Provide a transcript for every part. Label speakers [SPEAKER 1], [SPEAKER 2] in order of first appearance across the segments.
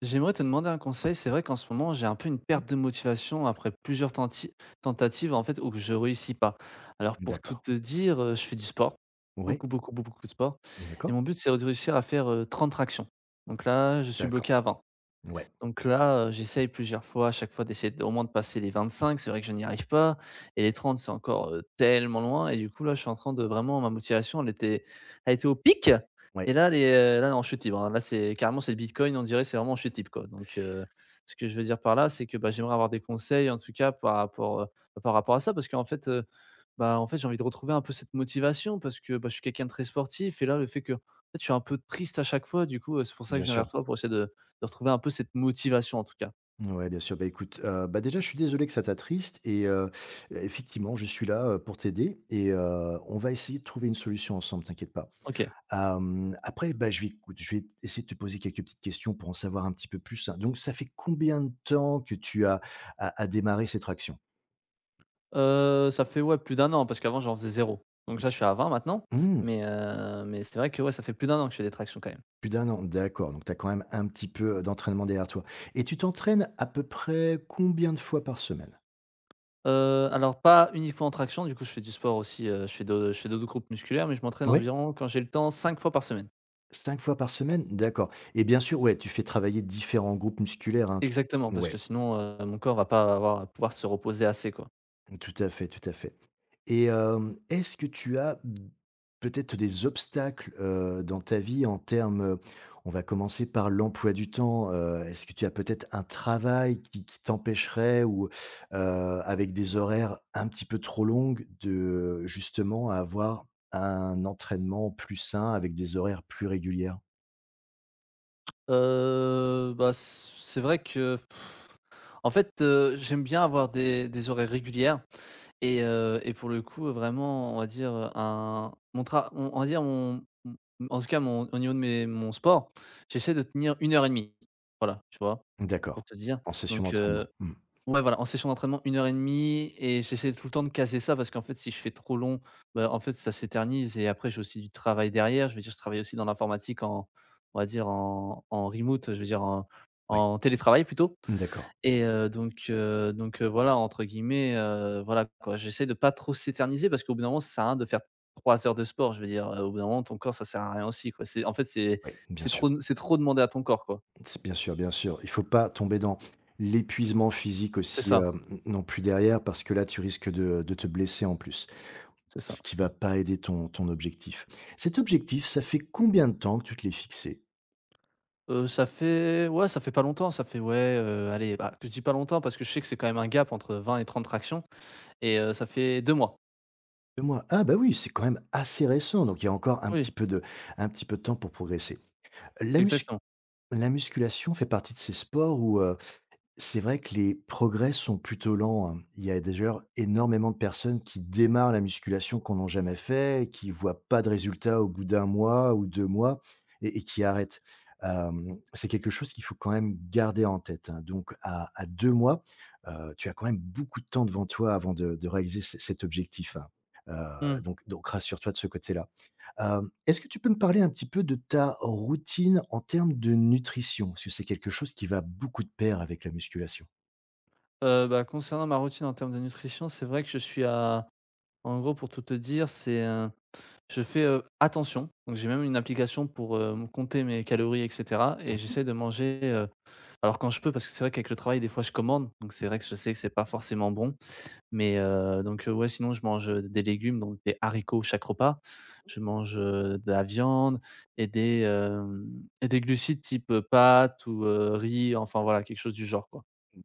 [SPEAKER 1] J'aimerais te demander un conseil. C'est vrai qu'en ce moment, j'ai un peu une
[SPEAKER 2] Mmh.
[SPEAKER 1] perte de motivation après plusieurs tentatives en fait où je réussis pas. Alors pour tout
[SPEAKER 2] D'accord.
[SPEAKER 1] te dire, je fais du sport,
[SPEAKER 2] Ouais.
[SPEAKER 1] beaucoup de sport, et
[SPEAKER 2] D'accord.
[SPEAKER 1] mon but c'est de réussir à faire 30 tractions. Donc là, je suis bloqué
[SPEAKER 2] D'accord.
[SPEAKER 1] à 20.
[SPEAKER 2] Ouais.
[SPEAKER 1] Donc là, j'essaye plusieurs fois, à chaque fois d'essayer de au moins de passer les 25, c'est vrai que je n'y arrive pas et les 30 c'est encore, tellement loin et du coup là, je suis en train de vraiment ma motivation elle était au pic
[SPEAKER 2] Ouais.
[SPEAKER 1] et là les, est, là en chute libre, hein. Là, c'est carrément c'est le bitcoin, on dirait, c'est vraiment en chute libre, quoi. Donc ce que je veux dire par là, c'est que, bah, j'aimerais avoir des conseils en tout cas par rapport, par rapport à ça parce qu'en fait, bah, en fait, j'ai envie de retrouver un peu cette motivation parce que, bah, je suis quelqu'un de très sportif et là, le fait que, en fait, je suis un peu triste à chaque fois, du coup, c'est pour ça que je
[SPEAKER 2] Bien
[SPEAKER 1] viens vers
[SPEAKER 2] sûr.
[SPEAKER 1] toi pour essayer de retrouver un peu cette motivation, en tout cas.
[SPEAKER 2] Ouais, bien sûr. Bah, écoute, bah, déjà, je suis désolé que ça t'attriste et effectivement, je suis là, pour t'aider et on va essayer de trouver une solution ensemble, t'inquiète pas.
[SPEAKER 1] OK.
[SPEAKER 2] Après, bah, je vais écoute, je vais essayer de te poser quelques petites questions pour en savoir un petit peu plus, hein. Donc ça fait combien de temps que tu as démarré cette traction?
[SPEAKER 1] Ça fait, ouais, plus d'un an parce qu'avant, j'en faisais zéro. Donc là,
[SPEAKER 2] S
[SPEAKER 1] je suis à 20 maintenant,
[SPEAKER 2] Mmh.
[SPEAKER 1] mais c'est vrai que, ouais, ça fait plus d'un an que je fais des tractions quand même.
[SPEAKER 2] Plus d'un an. D'accord, donc tu as quand même un petit peu d'entraînement derrière toi et tu t'entraînes à peu près combien de fois par semaine?
[SPEAKER 1] Alors pas uniquement en traction, du coup, je fais du sport aussi, je fais d'autres groupes musculaires, mais je m'entraîne
[SPEAKER 2] Ouais,
[SPEAKER 1] environ, quand j'ai le temps, 5 fois par semaine.
[SPEAKER 2] 5 fois par semaine? D'accord et bien sûr, ouais, tu fais travailler différents groupes musculaires, hein, tu
[SPEAKER 1] Exactement, parce que
[SPEAKER 2] ouais,
[SPEAKER 1] sinon, mon corps va pas avoir pouvoir se reposer assez, quoi.
[SPEAKER 2] tout à fait et est-ce que tu as peut-être des obstacles dans ta vie en termes on va commencer par l'emploi du temps est-ce que tu as peut-être un travail qui t'empêcherait ou avec des horaires un petit peu trop longues de justement avoir un entraînement plus sain avec des horaires plus régulières?
[SPEAKER 1] Bah, c'est vrai que, en fait, j'aime bien avoir des horaires régulières et pour le coup, vraiment, on va dire, un mon tra on va dire mon m en tout cas, mon au niveau de mes mon sport, j'essaie de tenir une heure et demie. Voilà, tu vois? Pour
[SPEAKER 2] D'accord,
[SPEAKER 1] te dire,
[SPEAKER 2] en session
[SPEAKER 1] donc
[SPEAKER 2] d'entraînement. Mmh.
[SPEAKER 1] ouais, voilà, en session d'entraînement une heure et demie, et j'essaie tout le temps de caser ça parce qu'en fait, si je fais trop long, bah, en fait, ça s'éternise et après j'ai aussi du travail derrière. Je veux dire, je travaille aussi dans l'informatique en on va dire en remote, je veux dire en
[SPEAKER 2] Oui,
[SPEAKER 1] en télétravail plutôt
[SPEAKER 2] d'accord.
[SPEAKER 1] et voilà, entre guillemets, voilà quoi. J'essaie de pas trop s'éterniser parce qu'au bout d'un moment, ça sert à rien de faire 3 heures de sport. Je veux dire, au bout d'un moment, ton corps, ça sert à rien aussi quoi. C'est en fait, c'est
[SPEAKER 2] Oui, bien
[SPEAKER 1] c'est
[SPEAKER 2] sûr.
[SPEAKER 1] trop c'est trop demander à ton corps quoi.
[SPEAKER 2] C'est bien sûr, bien sûr. Il faut pas tomber dans l'épuisement physique
[SPEAKER 1] C'est
[SPEAKER 2] aussi
[SPEAKER 1] ça,
[SPEAKER 2] non plus derrière parce que là, tu risques de te blesser en plus,
[SPEAKER 1] c'est ça.
[SPEAKER 2] ce qui va pas aider ton objectif. Cet objectif, ça fait combien de temps que tu te l'es fixé?
[SPEAKER 1] Ça fait ouais, ça fait pas longtemps, ça fait ouais, allez, bah, que je dis pas longtemps parce que je sais que c'est quand même un gap entre 20 et 30 tractions et ça fait 2 mois.
[SPEAKER 2] deux mois. Ah bah, oui, c'est quand même assez récent, donc il y a encore un
[SPEAKER 1] Oui,
[SPEAKER 2] petit peu de un petit peu de temps pour progresser. La muscu
[SPEAKER 1] exactement.
[SPEAKER 2] la musculation fait partie de ces sports où c'est vrai que les progrès sont plutôt lents, hein. Il y a d'ailleurs énormément de personnes qui démarrent la musculation qu'on n'a jamais fait et qui voient pas de résultats au bout d'un mois ou 2 mois et qui arrêtent. C'est quelque chose qu'il faut quand même garder en tête, hein. Donc à deux mois tu as quand même beaucoup de temps devant toi avant de réaliser ce cet objectif, hein. Heu,
[SPEAKER 1] Mmh.
[SPEAKER 2] donc donc rassure-toi de ce côté-là. Est-ce que tu peux me parler un petit peu de ta routine en termes de nutrition? Parce que c'est quelque chose qui va beaucoup de pair avec la musculation.
[SPEAKER 1] Bah, concernant ma routine en termes de nutrition, c'est vrai que je suis à en gros pour tout te dire, c'est, je fais, attention, donc j'ai même une application pour, me compter mes calories et cetera et j'essaie de manger, alors quand je peux parce que c'est vrai qu'avec le travail des fois je commande, donc c'est vrai que je sais que c'est pas forcément bon. Mais ouais, sinon je mange des légumes, donc des haricots chaque repas. Je mange, de la viande et des, hem et des glucides type, pâtes ou riz, enfin voilà, quelque chose du genre, quoi.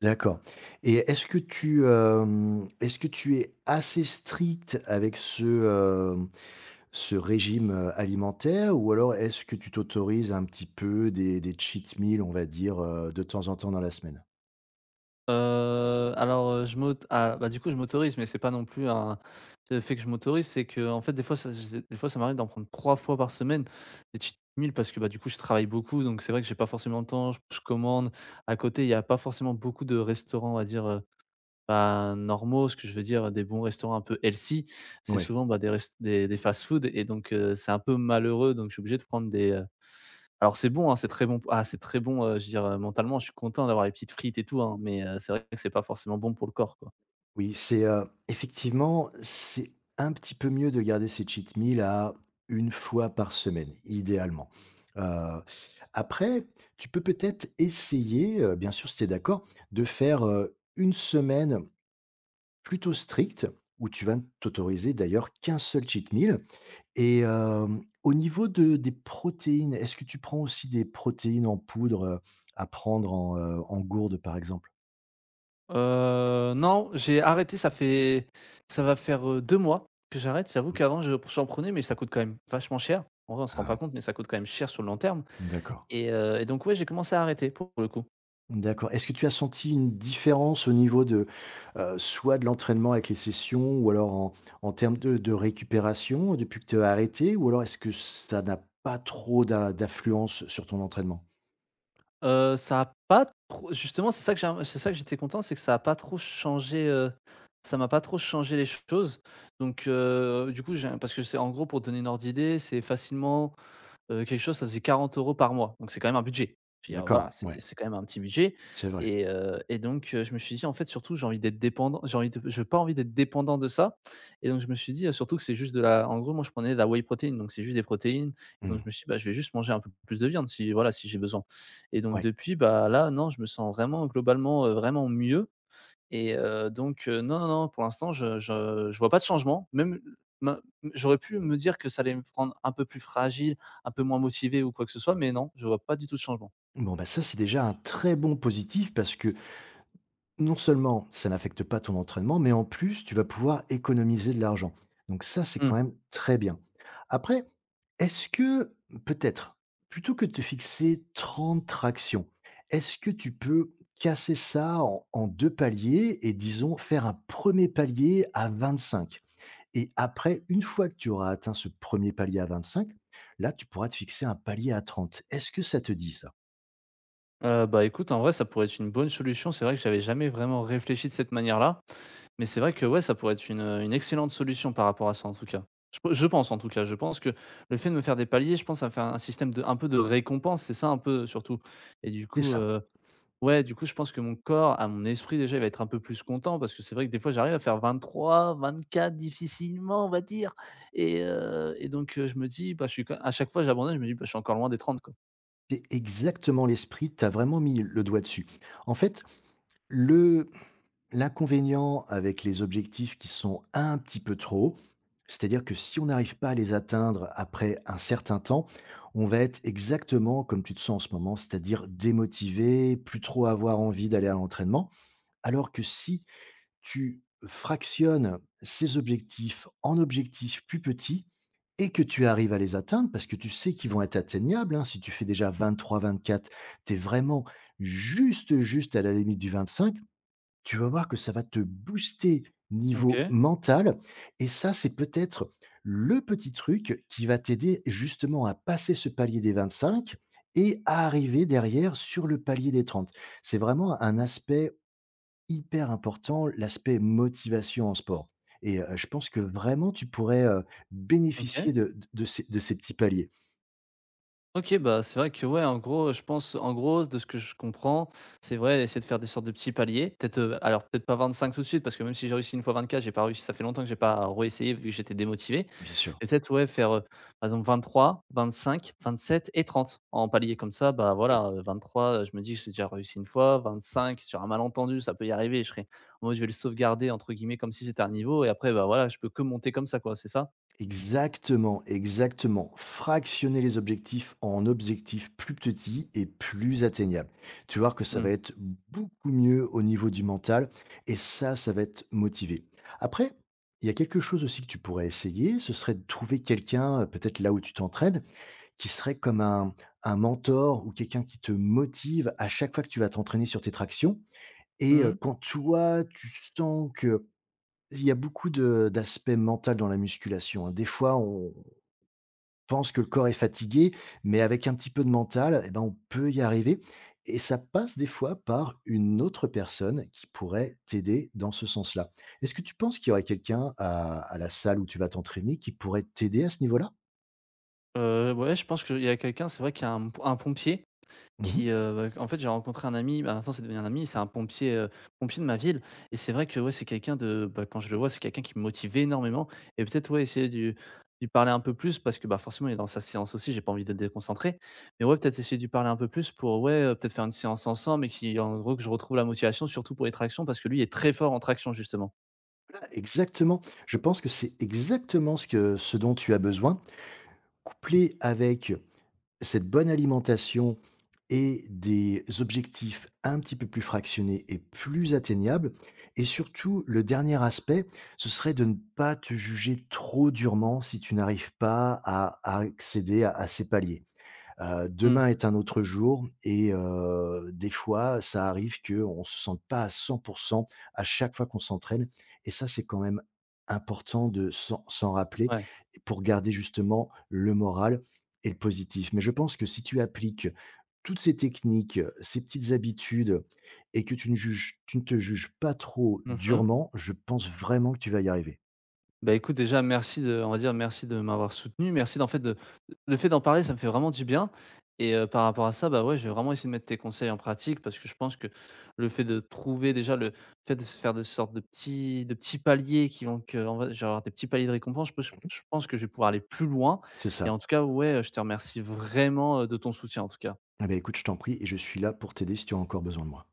[SPEAKER 2] D'accord et est-ce que tu es assez stricte avec ce régime alimentaire? Ou alors est-ce que tu t'autorises un petit peu des cheat meals, on va dire de temps en temps dans la semaine?
[SPEAKER 1] Je m'aut ah, bah, du coup, je m'autorise, mais c'est pas non plus un le fait que je m'autorise, c'est que en fait, des fois, ça z des fois, ça m'arrive d'en prendre 3 fois par semaine, des cheat meals parce que, bah, du coup, je travaille beaucoup, donc c'est vrai que j'ai pas forcément le temps, je commande. À côté, il y a pas forcément beaucoup de restaurants, on va dire, bah, normaux, ce que je veux dire, des bons restaurants un peu healthy, c'est
[SPEAKER 2] Oui.
[SPEAKER 1] souvent, bah, des rest des fast-food et donc c'est un peu malheureux donc je suis obligé de prendre des, alors c'est bon, hein, c'est très bon, je veux dire, mentalement, je suis content d'avoir les petites frites et tout, hein, mais c'est vrai que c'est pas forcément bon pour le corps, quoi.
[SPEAKER 2] Oui, effectivement, c'est un petit peu mieux de garder ces cheat meals à une fois par semaine, idéalement. Heu, après, tu peux peut-être essayer bien sûr si tu es d'accord, de faire une semaine plutôt stricte où tu vas ne t'autoriser d'ailleurs qu'un seul cheat meal et au niveau de des protéines, est-ce que tu prends aussi des protéines en poudre à prendre en gourde, par exemple?
[SPEAKER 1] Non, j'ai arrêté, ça va faire, 2 mois que j'arrête. J'avoue
[SPEAKER 2] Mmh.
[SPEAKER 1] qu'avant je j'en prenais mais ça coûte quand même vachement cher. En vrai, on se rend pas
[SPEAKER 2] Ah,
[SPEAKER 1] compte mais ça coûte quand même cher sur le long terme
[SPEAKER 2] d'accord.
[SPEAKER 1] et donc ouais, j'ai commencé à arrêter pour le coup.
[SPEAKER 2] D'accord. Est-ce que tu as senti une différence au niveau de soit de l'entraînement avec les sessions ou alors en termes de récupération depuis que tu as arrêté? Ou alors est-ce que ça n'a pas trop d'influence sur ton entraînement?
[SPEAKER 1] Ça a pas trop justement, c'est ça que j'étais content, c'est que ça a pas trop changé, ça m'a pas trop changé les choses. Donc, du coup, j'ai parce que c'est en gros, pour donner une ordre d'idée, c'est facilement quelque chose, ça faisait 40 € par mois, donc c'est quand même un budget. Je veux dire, voilà,
[SPEAKER 2] D'accord,
[SPEAKER 1] c'est
[SPEAKER 2] ouais,
[SPEAKER 1] c'est quand même un petit budget
[SPEAKER 2] c'est vrai.
[SPEAKER 1] et donc je me suis dit: «En fait, surtout, j'ai envie de j'ai pas envie d'être dépendant de ça», et donc je me suis dit, surtout que c'est juste de la en gros, moi, je prenais de la whey protéine, donc c'est juste des protéines et donc je
[SPEAKER 2] Mmh,
[SPEAKER 1] me suis dit: «Bah, je vais juste manger un peu plus de viande si, voilà, si j'ai besoin». Et donc
[SPEAKER 2] ouais.
[SPEAKER 1] depuis, bah, là, non, je me sens vraiment globalement, vraiment mieux et non, pour l'instant, je vois pas de changement. Même ma j'aurais pu me dire que ça allait me rendre un peu plus fragile, un peu moins motivé ou quoi que ce soit, mais non, je vois pas du tout de changement.
[SPEAKER 2] Bon, bah, ça, c'est déjà un très bon positif parce que non seulement ça n'affecte pas ton entraînement, mais en plus, tu vas pouvoir économiser de l'argent. Donc ça, c'est
[SPEAKER 1] Mmh.
[SPEAKER 2] quand même très bien. Après, est-ce que peut-être, plutôt que de te fixer 30 tractions, est-ce que tu peux casser ça en deux paliers et disons faire un premier palier à 25. Et après, une fois que tu auras atteint ce premier palier à 25, là, tu pourras te fixer un palier à 30. Est-ce que ça te dit ça?
[SPEAKER 1] Bah, écoute, en vrai, ça pourrait être une bonne solution. C'est vrai que j'avais jamais vraiment réfléchi de cette manière-là, mais c'est vrai que, ouais, ça pourrait être une excellente solution par rapport à ça, en tout cas. Je pense, en tout cas. Je pense que le fait de me faire des paliers, je pense, à faire un système de un peu de récompense, c'est ça un peu surtout et du
[SPEAKER 2] C'est
[SPEAKER 1] coup,
[SPEAKER 2] ça.
[SPEAKER 1] ouais, du coup, je pense que mon corps, à mon esprit déjà, il va être un peu plus content parce que c'est vrai que des fois, j'arrive à faire 23, 24 difficilement, on va dire et donc je me dis, bah, je suis quand à chaque fois, j'abandonne, je me dis: «Bah, je suis encore loin des 30, quoi».
[SPEAKER 2] C'est exactement l'esprit, tu as vraiment mis le doigt dessus. En fait, le l'inconvénient avec les objectifs qui sont un petit peu trop, c'est-à-dire que si on n'arrive pas à les atteindre après un certain temps, on va être exactement comme tu te sens en ce moment, c'est-à-dire démotivé, plus trop avoir envie d'aller à l'entraînement. Alors que si tu fractionnes ces objectifs en objectifs plus petits et que tu arrives à les atteindre, parce que tu sais qu'ils vont être atteignables, hein, si tu fais déjà 23, 24, tu es vraiment juste, juste à la limite du 25. Tu vas voir que ça va te booster niveau
[SPEAKER 1] OK,
[SPEAKER 2] mental et ça, c'est peut-être le petit truc qui va t'aider justement à passer ce palier des 25 et à arriver derrière sur le palier des 30. C'est vraiment un aspect hyper important, l'aspect motivation en sport et je pense que vraiment tu pourrais
[SPEAKER 1] OK.
[SPEAKER 2] bénéficier de ces petits paliers,
[SPEAKER 1] OK, bah, c'est vrai que ouais, en gros, de ce que je comprends, c'est vrai, essayer de faire des sortes de petits paliers. Peut-être, alors peut-être pas 25 tout de suite parce que même si j'ai réussi une fois 24 j'ai pas réussi ça fait longtemps que j'ai pas réessayé vu que j'étais démotivé.
[SPEAKER 2] bien sûr.
[SPEAKER 1] Mais peut-être, ouais, faire, par exemple 23, 25, 27 et 30 en palier comme ça, bah, voilà, 23 je me dis: que «J'ai déjà réussi une fois», 25 sur un malentendu, ça peut y arriver, je serai moi je vais le «sauvegarder» entre guillemets comme si c'était un niveau et après, bah, voilà, je peux que monter comme ça quoi, c'est ça?
[SPEAKER 2] Exactement, exactement. Fractionner les objectifs en objectifs plus petits et plus atteignables. Tu vois que ça
[SPEAKER 1] Mmh.
[SPEAKER 2] va être beaucoup mieux au niveau du mental et ça va être motivé. Après, il y a quelque chose aussi que tu pourrais essayer, ce serait de trouver quelqu'un peut-être là où tu t'entraînes, qui serait comme un mentor ou quelqu'un qui te motive à chaque fois que tu vas t'entraîner sur tes tractions. Et
[SPEAKER 1] Mmh.
[SPEAKER 2] quand toi, tu sens que il y a beaucoup de d'aspect mental dans la musculation, hein. Des fois, on pense que le corps est fatigué, mais avec un petit peu de mental, eh ben, on peut y arriver et ça passe des fois par une autre personne qui pourrait t'aider dans ce sens-là. Est-ce que tu penses qu'il y aurait quelqu'un à la salle où tu vas t'entraîner qui pourrait t'aider à ce niveau-là?
[SPEAKER 1] Ouais, je pense qu'il y a quelqu'un, c'est vrai qu'il y a un pompier
[SPEAKER 2] Mmh.
[SPEAKER 1] qui, bah, en fait, j'ai rencontré un ami, bah, maintenant c'est devenu un ami, c'est un pompier, pompier de ma ville et c'est vrai que, ouais, c'est quelqu'un de, bah, quand je le vois, c'est quelqu'un qui me motive énormément et peut-être, ouais, essayer de lui parler un peu plus parce que, bah, forcément, il est dans sa séance aussi, j'ai pas envie de le déconcentrer. Mais ouais, peut-être essayer de lui parler un peu plus pour, ouais, peut-être faire une séance ensemble et qui, en gros, que je retrouve la motivation surtout pour les tractions parce que lui est très fort en traction justement.
[SPEAKER 2] Ah, exactement. Je pense que c'est exactement ce dont tu as besoin, couplé avec cette bonne alimentation et des objectifs un petit peu plus fractionnés et plus atteignables et surtout le dernier aspect, ce serait de ne pas te juger trop durement si tu n'arrives pas à à accéder à ces paliers. Heu,
[SPEAKER 1] Mmh,
[SPEAKER 2] demain est un autre jour et des fois, ça arrive qu'on ne se sente pas à 100 à chaque fois qu'on s'entraîne et ça, c'est quand même important de s'en rappeler
[SPEAKER 1] ouais.
[SPEAKER 2] pour garder justement le moral et le positif. Mais je pense que si tu appliques toutes ces techniques, ces petites habitudes et que tu ne te juges pas trop
[SPEAKER 1] Mmh.
[SPEAKER 2] durement, je pense vraiment que tu vas y arriver.
[SPEAKER 1] Bah, écoute, déjà, merci de on va dire, merci de m'avoir soutenu. Merci d'en fait de le fait d'en parler, ça me fait vraiment du bien et par rapport à ça, bah, ouais, j'ai vraiment essayé de mettre tes conseils en pratique parce que je pense que le fait de trouver déjà le fait de se faire de sortes de petits paliers qui vont que on va je vais avoir des petits paliers de récompense, je pense que je vais pouvoir aller plus loin
[SPEAKER 2] C'est
[SPEAKER 1] et
[SPEAKER 2] ça.
[SPEAKER 1] en tout cas, ouais, je te remercie vraiment, de ton soutien, en tout cas.
[SPEAKER 2] Eh bien écoute, je t'en prie et je suis là pour t'aider si tu as encore besoin de moi.